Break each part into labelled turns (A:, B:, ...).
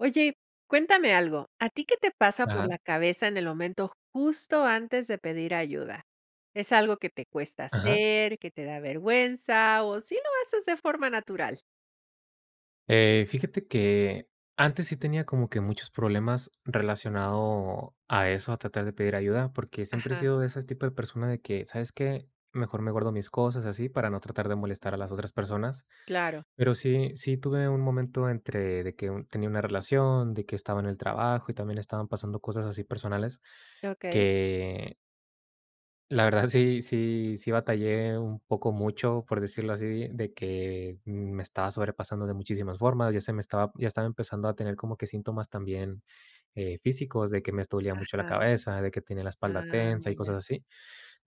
A: Oye, cuéntame algo, ¿a ti qué te pasa por
B: Ajá,
A: la cabeza en el momento justo antes de pedir ayuda? ¿Es algo que te cuesta
B: ajá.
A: hacer, que te da vergüenza o si lo haces de forma natural?
B: Fíjate que antes sí tenía como que muchos problemas relacionado a eso, a tratar de pedir ayuda, porque siempre he
A: Ajá,
B: sido de ese tipo de persona de que, ¿sabes qué? Mejor me guardo mis cosas así para no tratar de molestar a las otras personas.
A: claro.
B: Pero sí, sí tuve un momento entre de que tenía una relación, de que estaba en el trabajo y también estaban pasando cosas así personales
A: Okey.
B: que la verdad sí, sí, sí batallé un poco mucho, por decirlo así, de que me estaba sobrepasando de muchísimas formas, ya estaba empezando a tener como que síntomas también, físicos, de que me dolía mucho la
A: Ajá.
B: cabeza, de que tenía la espalda
A: Ah,
B: tensa y
A: ya,
B: cosas así,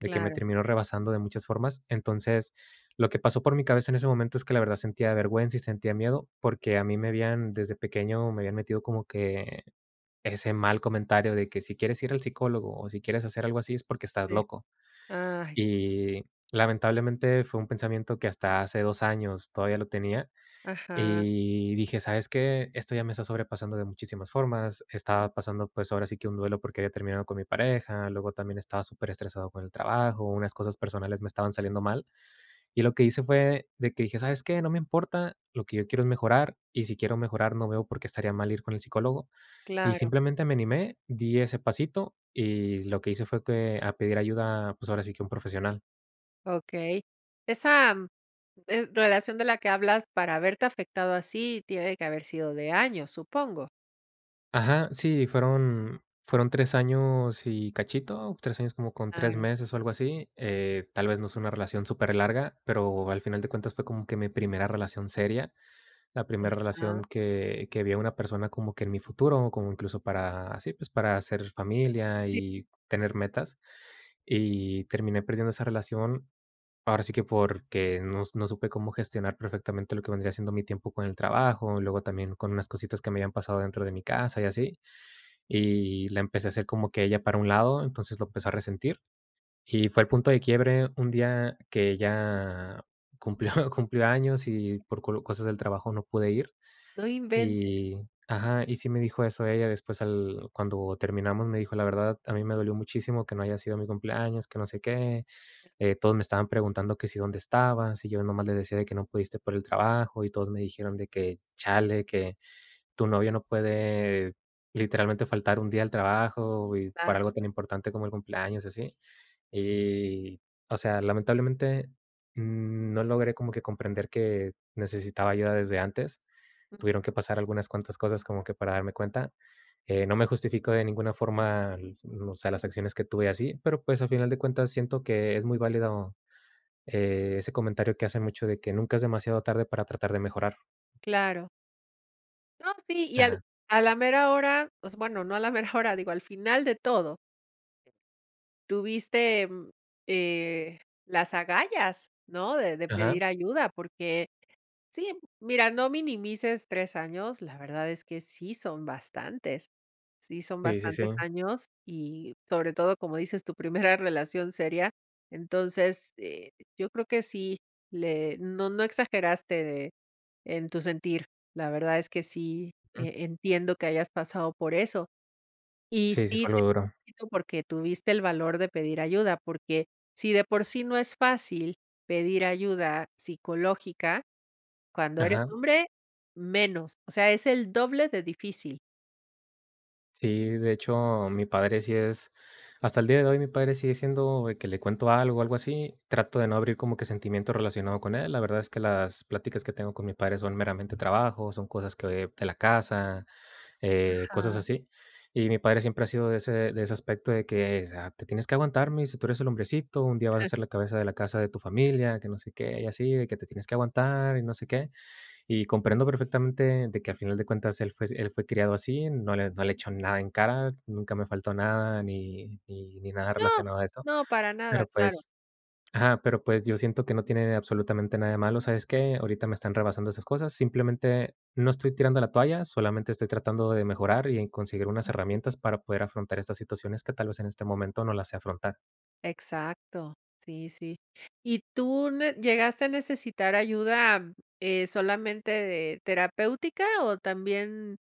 B: de que me terminó rebasando de muchas formas. Entonces, lo que pasó por mi cabeza en ese momento es que la verdad sentía vergüenza y sentía miedo, porque a mí me habían desde pequeño me habían metido como que ese mal comentario de que si quieres ir al psicólogo o si quieres hacer algo así es porque estás
A: Sí.
B: loco.
A: Ay,
B: Y lamentablemente fue un pensamiento que hasta hace 2 años todavía lo tenía,
A: ajá.
B: y dije: "¿Sabes qué? Esto ya me está sobrepasando de muchísimas formas".
A: Mm,
B: Estaba pasando, pues, ahora sí que un duelo porque había terminado con mi pareja, luego también estaba súper estresado con el trabajo, unas cosas personales me estaban saliendo mal. Y lo que hice fue de que dije: "¿Sabes qué? No me importa, lo que yo quiero es mejorar, y si quiero mejorar, no veo por qué estaría mal ir con el psicólogo". Y
A: claro,
B: simplemente me animé, di ese pasito, y lo que hice fue que a pedir ayuda, pues, ahora sí que un profesional.
A: okey. Esa, relación de la que hablas, para haberte afectado así, tiene que haber sido de años, supongo.
B: Ajá, sí, fueron 3 años y cachito, 3 años como con 3
A: Claro.
B: meses o algo así, tal vez no es una relación súper larga, pero al final de cuentas fue como que mi primera relación seria, la primera
A: Ajá.
B: relación que vi a una persona como que en mi futuro, como incluso para así, pues, para hacer familia
A: Sí.
B: y tener metas, y terminé perdiendo esa relación, ahora sí que porque no supe cómo gestionar perfectamente lo que vendría siendo mi tiempo con el trabajo, luego también con unas cositas que me habían pasado dentro de mi casa y así, y la empecé a hacer como que ella para un lado, entonces lo empezó a resentir. Y fue el punto de quiebre un día que ella cumplió cumplió años y por colo cosas del trabajo no pude ir.
A: No inventes.
B: Y ajá, y sí me dijo eso ella después al cuando terminamos, me dijo: "La verdad, a mí me dolió muchísimo que no haya sido mi cumpleaños, que no sé qué, todos me estaban preguntando que si dónde estabas, y yo nomás les decía de que no pudiste por el trabajo, y todos me dijeron de que: 'Chale, que tu novio no puede literalmente faltar un día al trabajo y por
A: Ah.
B: algo tan importante como el cumpleaños, así. Y, o sea, lamentablemente, no logré como que comprender que necesitaba ayuda desde antes. Tuvieron que pasar algunas cuantas cosas como que para darme cuenta. No me justifico de ninguna forma, l o sea, las acciones que tuve así, pero, pues, al final de cuentas siento que es muy válido, ese comentario que hacen mucho de que nunca es demasiado tarde para tratar de mejorar.
A: Claro. No, sí, y al
B: Ajá,
A: a la mera hora, pues, bueno, no a la mera hora, digo, al final de todo, tuviste, eh, las agallas, ¿no? De
B: ajá.
A: pedir ayuda, porque sí, mira, no minimices 3 años, la verdad es que sí son bastantes. Sí son
B: Sí, sí, sí.
A: bastantes años y, sobre todo, como dices, tu primera relación seria. Entonces, yo creo que sí, le no exageraste en tu sentir. La verdad es que sí, entiendo que hayas pasado por eso. Y
B: Sí, sí
A: sí
B: fue
A: te
B: algo duro.
A: felicito porque tuviste el valor de pedir ayuda, porque si de por sí no es fácil pedir ayuda psicológica, cuando eres
B: Ajá.
A: hombre, menos. O sea, es el doble de difícil.
B: Sí, de hecho, mi padre sí es hasta el día de hoy mi padre sigue siendo de que le cuento algo o algo así, trato de no abrir como que sentimiento relacionado con él. La verdad es que las pláticas que tengo con mi padre son meramente trabajo, son cosas que de la casa, cosas
A: Ajá.
B: así. Y mi padre siempre ha sido de ese aspecto de que, ah, te tienes que aguantar, me dice, tú eres el hombrecito, un día vas a ser la cabeza de la casa de tu familia, que no sé qué, y así, de que te tienes que aguantar y no sé qué. Y comprendo perfectamente de que al final de cuentas él fue criado así, no le echó nada en cara, nunca me faltó nada, ni nada
A: No,
B: relacionado a eso.
A: no, para nada,
B: Pero,
A: claro.
B: pues ajá, pero, pues, yo siento que no tiene absolutamente nada de malo, ¿sabes qué? Ahorita me están rebasando esas cosas, simplemente no estoy tirando la toalla, solamente estoy tratando de mejorar y en conseguir unas herramientas para poder afrontar estas situaciones que tal vez en este momento no las sé afrontar.
A: Exacto, sí, sí. ¿Y tú ne- llegaste a necesitar ayuda solamente de terapéutica o también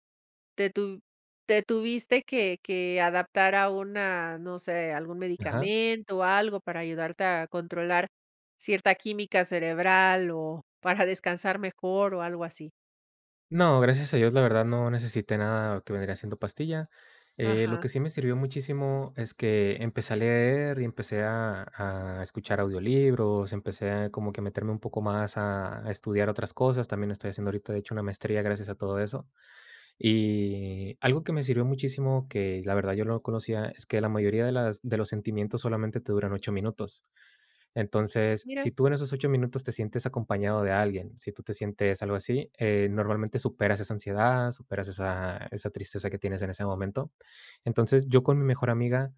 A: Te tu te tuviste que adaptar a una, no sé, algún
B: Ajá.
A: medicamento o algo para ayudarte a controlar cierta química cerebral o para descansar mejor o algo así.
B: No, gracias a Dios, la verdad no necesité nada que vendría siendo pastilla. Lo
A: Ajá,
B: que sí me sirvió muchísimo es que empecé a leer y empecé a escuchar audiolibros, empecé a como que meterme un poco más a estudiar otras cosas. También estoy haciendo ahorita, de hecho, una maestría gracias a todo eso. Y algo que me sirvió muchísimo, que la verdad yo no conocía, es que la mayoría de las, de los sentimientos solamente te duran 8 minutos. Entonces,
A: mira.
B: si tú en esos 8 minutos te sientes acompañado de alguien, si tú te sientes algo así, normalmente superas esa ansiedad, superas esa tristeza que tienes en ese momento. Entonces, yo con mi mejor amiga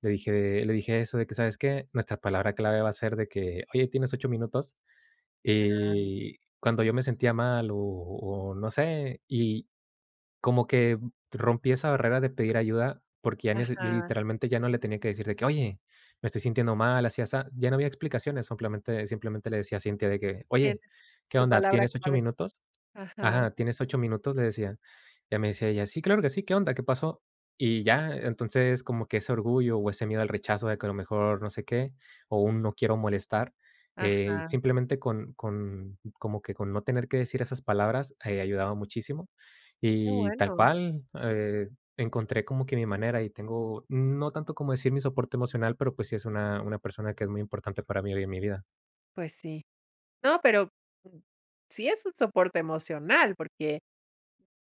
B: le dije eso de que, ¿sabes qué? Nuestra palabra clave va a ser de que: "Oye, tienes 8 minutos",
A: Ah,
B: y cuando yo me sentía mal o no sé, y como que rompí esa barrera de pedir ayuda, porque ya nece
A: ajá,
B: literalmente ya no le tenía que decir de que: "Oye, me estoy sintiendo mal, así, asá". Ya no había explicaciones, simplemente le decía a Cintia de que: "Oye,
A: tienes
B: ¿qué
A: tu
B: onda?
A: palabra
B: ¿Tienes 8
A: clave.
B: minutos?".
A: Ajá,
B: Ajá, ¿tienes 8 minutos? Le decía. Ya me decía ella: "Sí, claro que sí, ¿qué onda? ¿Qué pasó?". Y ya, entonces, como que ese orgullo o ese miedo al rechazo de que a lo mejor no sé qué, o un no quiero molestar,
A: ajá,
B: simplemente con como que con no tener que decir esas palabras, ayudaba muchísimo.
A: qué
B: Y tal
A: bueno.
B: cual, encontré como que mi manera y tengo, no tanto como decir mi soporte emocional, pero pues sí es una persona que es muy importante para mí hoy en mi vida.
A: Pues sí. No, pero, mm, sí es un soporte emocional, porque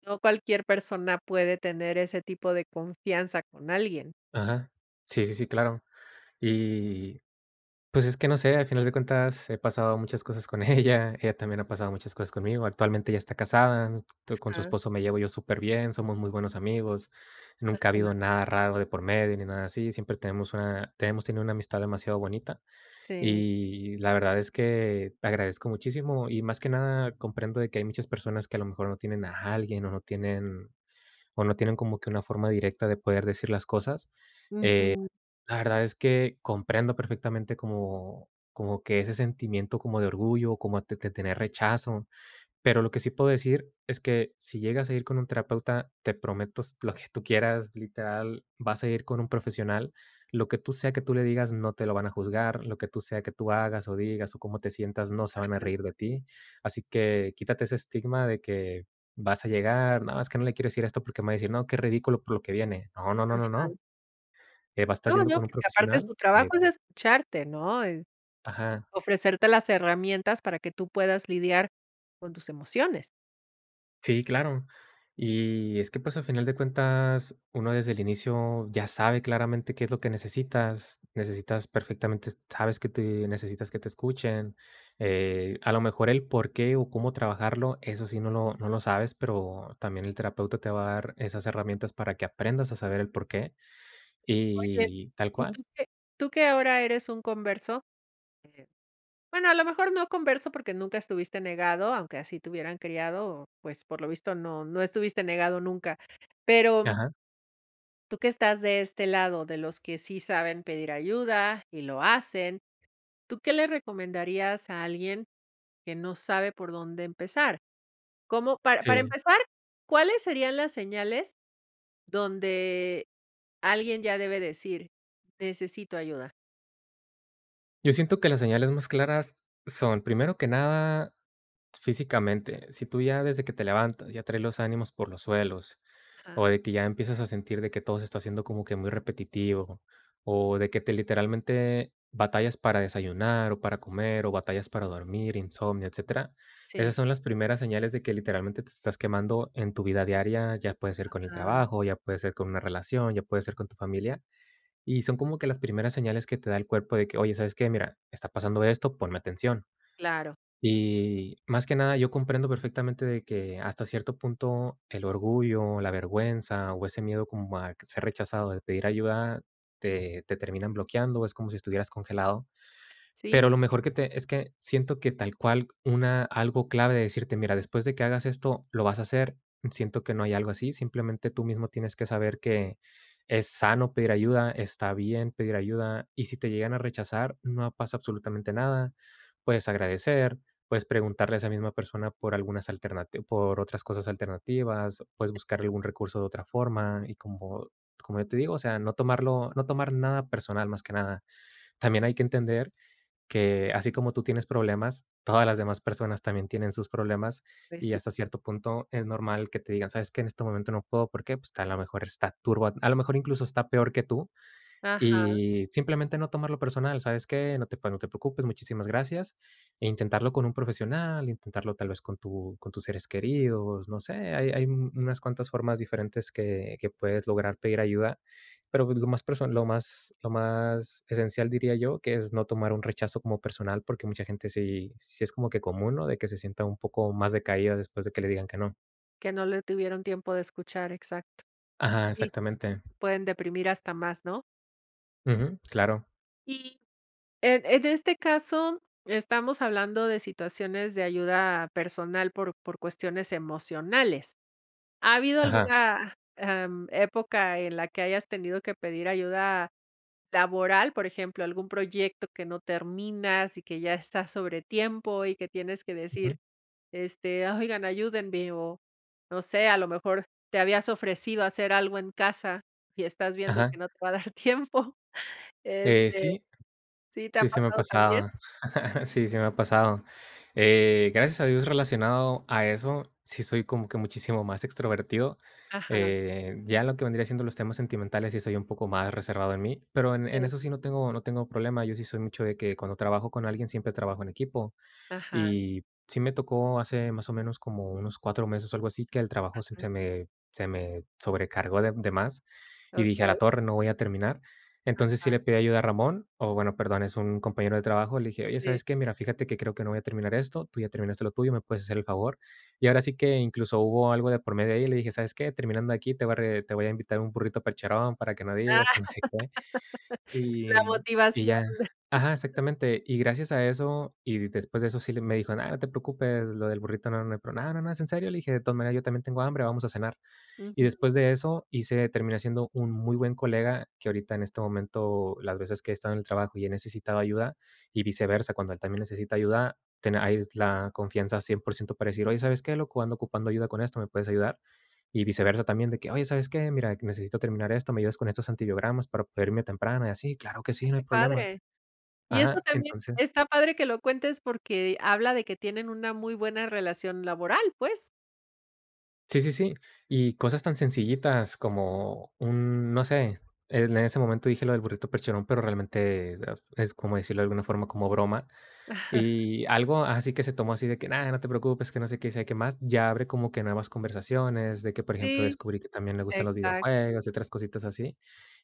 A: no cualquier persona puede tener ese tipo de confianza con alguien.
B: Ajá. Sí, sí, sí, claro. Y pues es que no sé, al final de cuentas he pasado muchas cosas con ella también ha pasado muchas cosas conmigo. Actualmente ella está casada, t con su
A: Ajá,
B: esposo me llevo yo súper bien. Somos muy buenos amigos, nunca ha habido
A: ajá,
B: nada raro de por medio ni nada así, siempre tenemos tenido una amistad demasiado bonita
A: sí.
B: y la verdad es que agradezco muchísimo y más que nada comprendo de que hay muchas personas que a lo mejor no tienen a alguien o no tienen como que una forma directa de poder decir las cosas.
A: Ujú,
B: La verdad es que comprendo perfectamente como que ese sentimiento como de orgullo, como de tener rechazo, pero lo que sí puedo decir es que si llegas a ir con un terapeuta, te prometo s lo que tú quieras, literal, vas a ir con un profesional, lo que tú sea que tú le digas no te lo van a juzgar, lo que tú sea que tú hagas o digas o cómo te sientas no se van a reír de ti, así que quítate ese estigma de que vas a llegar, no, es que no le quiero decir esto porque me va a decir: "No, qué ridículo por lo que viene". No, no, no, no,
A: ajá.
B: no. Vas a estar
A: No,
B: yendo
A: no,
B: con un
A: porque aparte
B: profesional,
A: su trabajo es escucharte, ¿no? Es
B: ajá,
A: ofrecerte las herramientas para que tú puedas lidiar con tus emociones.
B: sí, claro. Y es que, pues, al final de cuentas, uno desde el inicio ya sabe claramente qué es lo que necesitas. Necesitas perfectamente sabes que te necesitas que te escuchen.
A: Mm.
B: A lo mejor el por qué o cómo trabajarlo, eso sí no lo sabes, pero también el terapeuta te va a dar esas herramientas para que aprendas a saber el por qué,
A: Oye,
B: y tal
A: ¿y
B: cual.
A: tú que tú que ahora eres un converso? Bueno, a lo mejor no converso porque nunca estuviste negado, aunque así te hubieran criado, pues, por lo visto no estuviste negado nunca. Pero
B: Ajá,
A: tú que estás de este lado, de los que sí saben pedir ayuda y lo hacen, ¿tú qué le recomendarías a alguien que no sabe por dónde empezar? Como para
B: sí.
A: empezar, ¿cuáles serían las señales donde alguien ya debe decir: "Necesito ayuda"?
B: Yo siento que las señales más claras son, primero que nada, físicamente, si tú ya desde que te levantas ya traes los ánimos por los suelos, o
A: Ajá,
B: de que ya empiezas a sentir de que todo se está haciendo como que muy repetitivo, o de que te literalmente batallas para desayunar o para comer, o batallas para dormir, insomnio, etcétera, esas
A: sí,
B: son las primeras señales de que literalmente te estás quemando en tu vida diaria, ya puede ser con el
A: ah,
B: trabajo, ya puede ser con una relación, ya puede ser con tu familia, y son como que las primeras señales que te da el cuerpo de que, oye, ¿sabes qué? Mira, está pasando esto, ponme atención.
A: claro.
B: Y más que nada, yo comprendo perfectamente de que hasta cierto punto el orgullo, la vergüenza o ese miedo como a ser rechazado, de pedir ayuda, te terminan bloqueando, es como si estuvieras congelado.
A: Sí,
B: Pero lo mejor que te es que siento que tal cual una algo clave de decirte: "Mira, después de que hagas esto, lo vas a hacer". Siento que no hay algo así, simplemente tú mismo tienes que saber que es sano pedir ayuda, está bien pedir ayuda, y si te llegan a rechazar, no pasa absolutamente nada. Puedes agradecer, puedes preguntarle a esa misma persona por algunas alternati por otras cosas alternativas, puedes buscar algún recurso de otra forma y como yo te digo, o sea, no tomar nada personal, más que nada. También hay que entender que así como tú tienes problemas, todas las demás personas también tienen sus problemas
A: pues
B: y
A: sí.
B: hasta cierto punto es normal que te digan, sabes que en este momento no puedo, ¿por qué? Pues a lo mejor está turbo, a lo mejor incluso está peor que tú
A: Ajá,
B: y simplemente no tomarlo personal, ¿sabes qué? No te preocupes, muchísimas gracias. E intentarlo con un profesional, intentarlo tal vez con tu con tus seres queridos, no sé, hay unas cuantas formas diferentes que puedes lograr pedir ayuda, pero, pues, lo más person lo más esencial, diría yo, que es no tomar un rechazo como personal, porque mucha gente sí es como que común, ¿no? De que se sienta un poco más decaída después de que le digan que no.
A: que no le tuvieron tiempo de escuchar, exacto.
B: Ajá,
A: Sí,
B: exactamente.
A: pueden deprimir hasta más, ¿no?
B: Ujú, claro.
A: Y en este caso, estamos hablando de situaciones de ayuda personal por cuestiones emocionales. ¿Ha habido
B: Ajá.
A: alguna, época en la que hayas tenido que pedir ayuda laboral, por ejemplo, algún proyecto que no terminas y que ya está sobre tiempo y que tienes que decir,
B: Ujú.
A: este, "Ah, oigan, ayúdenme o no sé, a lo mejor te habías ofrecido hacer algo en casa y estás viendo
B: Ajá.
A: que no te va a dar tiempo". Este,
B: Sí.
A: ¿sí te ha
B: Sí, se me ha
A: pasado también?
B: pasado. Sí, se me ha pasado. Gracias a Dios, relacionado a eso, sí soy como que muchísimo más extrovertido.
A: Ajá,
B: Ya lo que vendría siendo los temas sentimentales, sí soy un poco más reservado en mí, pero en
A: sí,
B: eso sí no tengo problema. Yo sí soy mucho de que cuando trabajo con alguien, siempre trabajo en equipo.
A: ajá,
B: Y sí me tocó hace más o menos como unos 4 meses o algo así, que el trabajo se
A: ah,
B: se me se me sobrecargó de más, y dije: "A la
A: okey,
B: torre, no voy a terminar". Entonces, sí
A: ajá,
B: le pedí ayuda a Ramón, o bueno, perdón, es un compañero de trabajo, le dije: "Oye,
A: sí.
B: ¿sabes qué? Mira, fíjate que creo que no voy a terminar esto, tú ya terminaste lo tuyo, ¿me puedes hacer el favor?". Y ahora sí que incluso hubo algo de por medio ahí, le dije: "¿Sabes qué? Terminando aquí, te voy a invitar un burrito percherón para que no digas
A: Ah,
B: que no sé qué". Y
A: la
B: y
A: motivación.
B: ya ajá, exactamente. Y gracias a eso, y después de eso sí le me dijo: nada no te preocupes, lo del burrito no, no hay pro". "No, no, no, es en serio", le dije, "de todas maneras yo también tengo hambre, vamos a cenar". Y
A: Ujú.
B: después de eso, hice terminé siendo un muy buen colega, que ahorita en este momento, las veces que he estado en el trabajo y he necesitado ayuda, y viceversa, cuando él también necesita ayuda, ten hay la confianza 100% para decir: "Oye, ¿sabes qué, loco? Ando ocupando ayuda con esto, ¿me puedes ayudar?". Y viceversa también de que: "Oye, ¿sabes qué? Mira, necesito terminar esto, ¿me ayudas con estos antibiogramas para poder irme temprano?". Y así, claro que sí,
A: Ay,
B: no hay
A: qué
B: problema.
A: padre. Y eso
B: Ajá,
A: también
B: entonces
A: está padre que lo cuentes porque habla de que tienen una muy buena relación laboral, pues.
B: Sí, sí, sí. Y cosas tan sencillitas como un, no sé, en ese momento dije lo del burrito percherón, pero realmente es como decirlo de alguna forma como broma. Y algo así que se tomó así de que nada, no te preocupes, que no sé qué, sé qué más, ya abre como que nuevas conversaciones, de que, por ejemplo,
A: Sí,
B: descubrí que también le gustan los
A: exacto.
B: videojuegos y otras cositas así.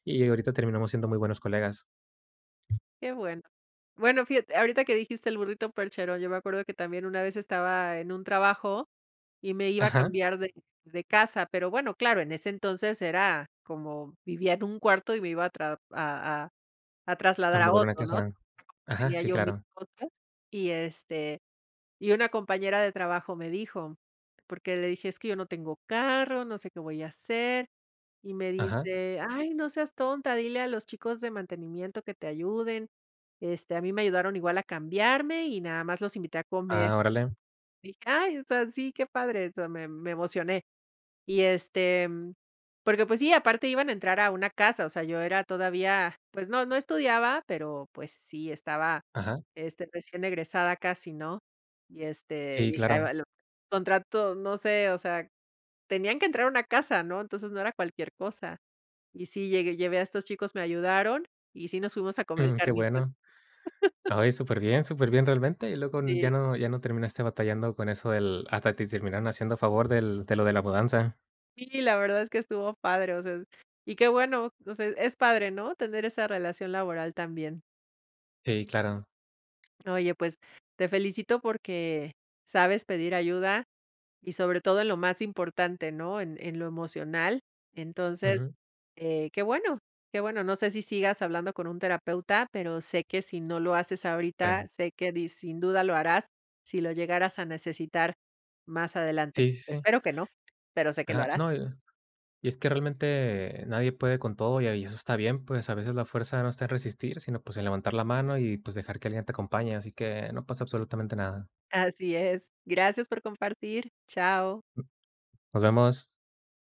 B: Y ahorita terminamos siendo muy buenos colegas.
A: Qué bueno. Bueno, fíjate, ahorita que dijiste el burrito percherón, yo me acuerdo que también una vez estaba en un trabajo y me iba a
B: Ajá,
A: cambiar de casa, pero bueno, claro, en ese entonces era como vivía en un cuarto y me iba a, tra- a
B: a
A: trasladar a
B: mudar una
A: otro, ¿no?
B: casa. Ajá,
A: Tenía
B: sí,
A: yo mis
B: claro.
A: cosas y este, y una compañera de trabajo me dijo, porque le dije: "Es que yo no tengo carro, no sé qué voy a hacer", y me
B: Ajá.
A: dice: "Ay, no seas tonta, dile a los chicos de mantenimiento que te ayuden". Este, a mí me ayudaron igual a cambiarme y nada más los invité a comer.
B: Ah, órale.
A: Dije: "Ay, o sea, sí, qué padre", o sea, me emocioné. Y, este, porque, pues sí, aparte iban a entrar a una casa, o sea, yo era todavía, pues no, no estudiaba, pero, pues sí, estaba,
B: Ajá.
A: este, recién egresada casi, ¿no? Y, este,
B: Sí,
A: dije: "Ay,
B: claro.
A: va lo contrato", no sé, o sea, tenían que entrar a una casa, ¿no? Entonces, no era cualquier cosa. Y sí, llegué llevé a estos chicos, me ayudaron y sí nos fuimos a comer
B: Mm, qué
A: carnitas.
B: bueno. Ay, súper bien realmente. Y luego
A: Sí,
B: ya no terminaste batallando con eso del hasta te terminaron haciendo favor del de lo de la mudanza.
A: sí, la verdad es que estuvo padre, o sea, y qué bueno, o sea, es padre, ¿no? Tener esa relación laboral también.
B: Sí, claro.
A: Oye, pues te felicito porque sabes pedir ayuda y sobre todo en lo más importante, ¿no? En lo emocional. Entonces,
B: Ujú.
A: qué bueno, qué bueno. No sé si sigas hablando con un terapeuta, pero sé que si no lo haces ahorita,
B: Sí.
A: sé que di- sin duda lo harás si lo llegaras a necesitar más adelante.
B: Sí, sí, sí.
A: Espero que no, pero sé que lo
B: Ajá.
A: harás.
B: No, y es que realmente nadie puede con todo y ahí eso está bien, pues, a veces la fuerza no está en resistir, sino, pues, en levantar la mano y, pues, dejar que alguien te acompañe, así que no pasa absolutamente nada.
A: Así es. Gracias por compartir. Chao.
B: Nos vemos.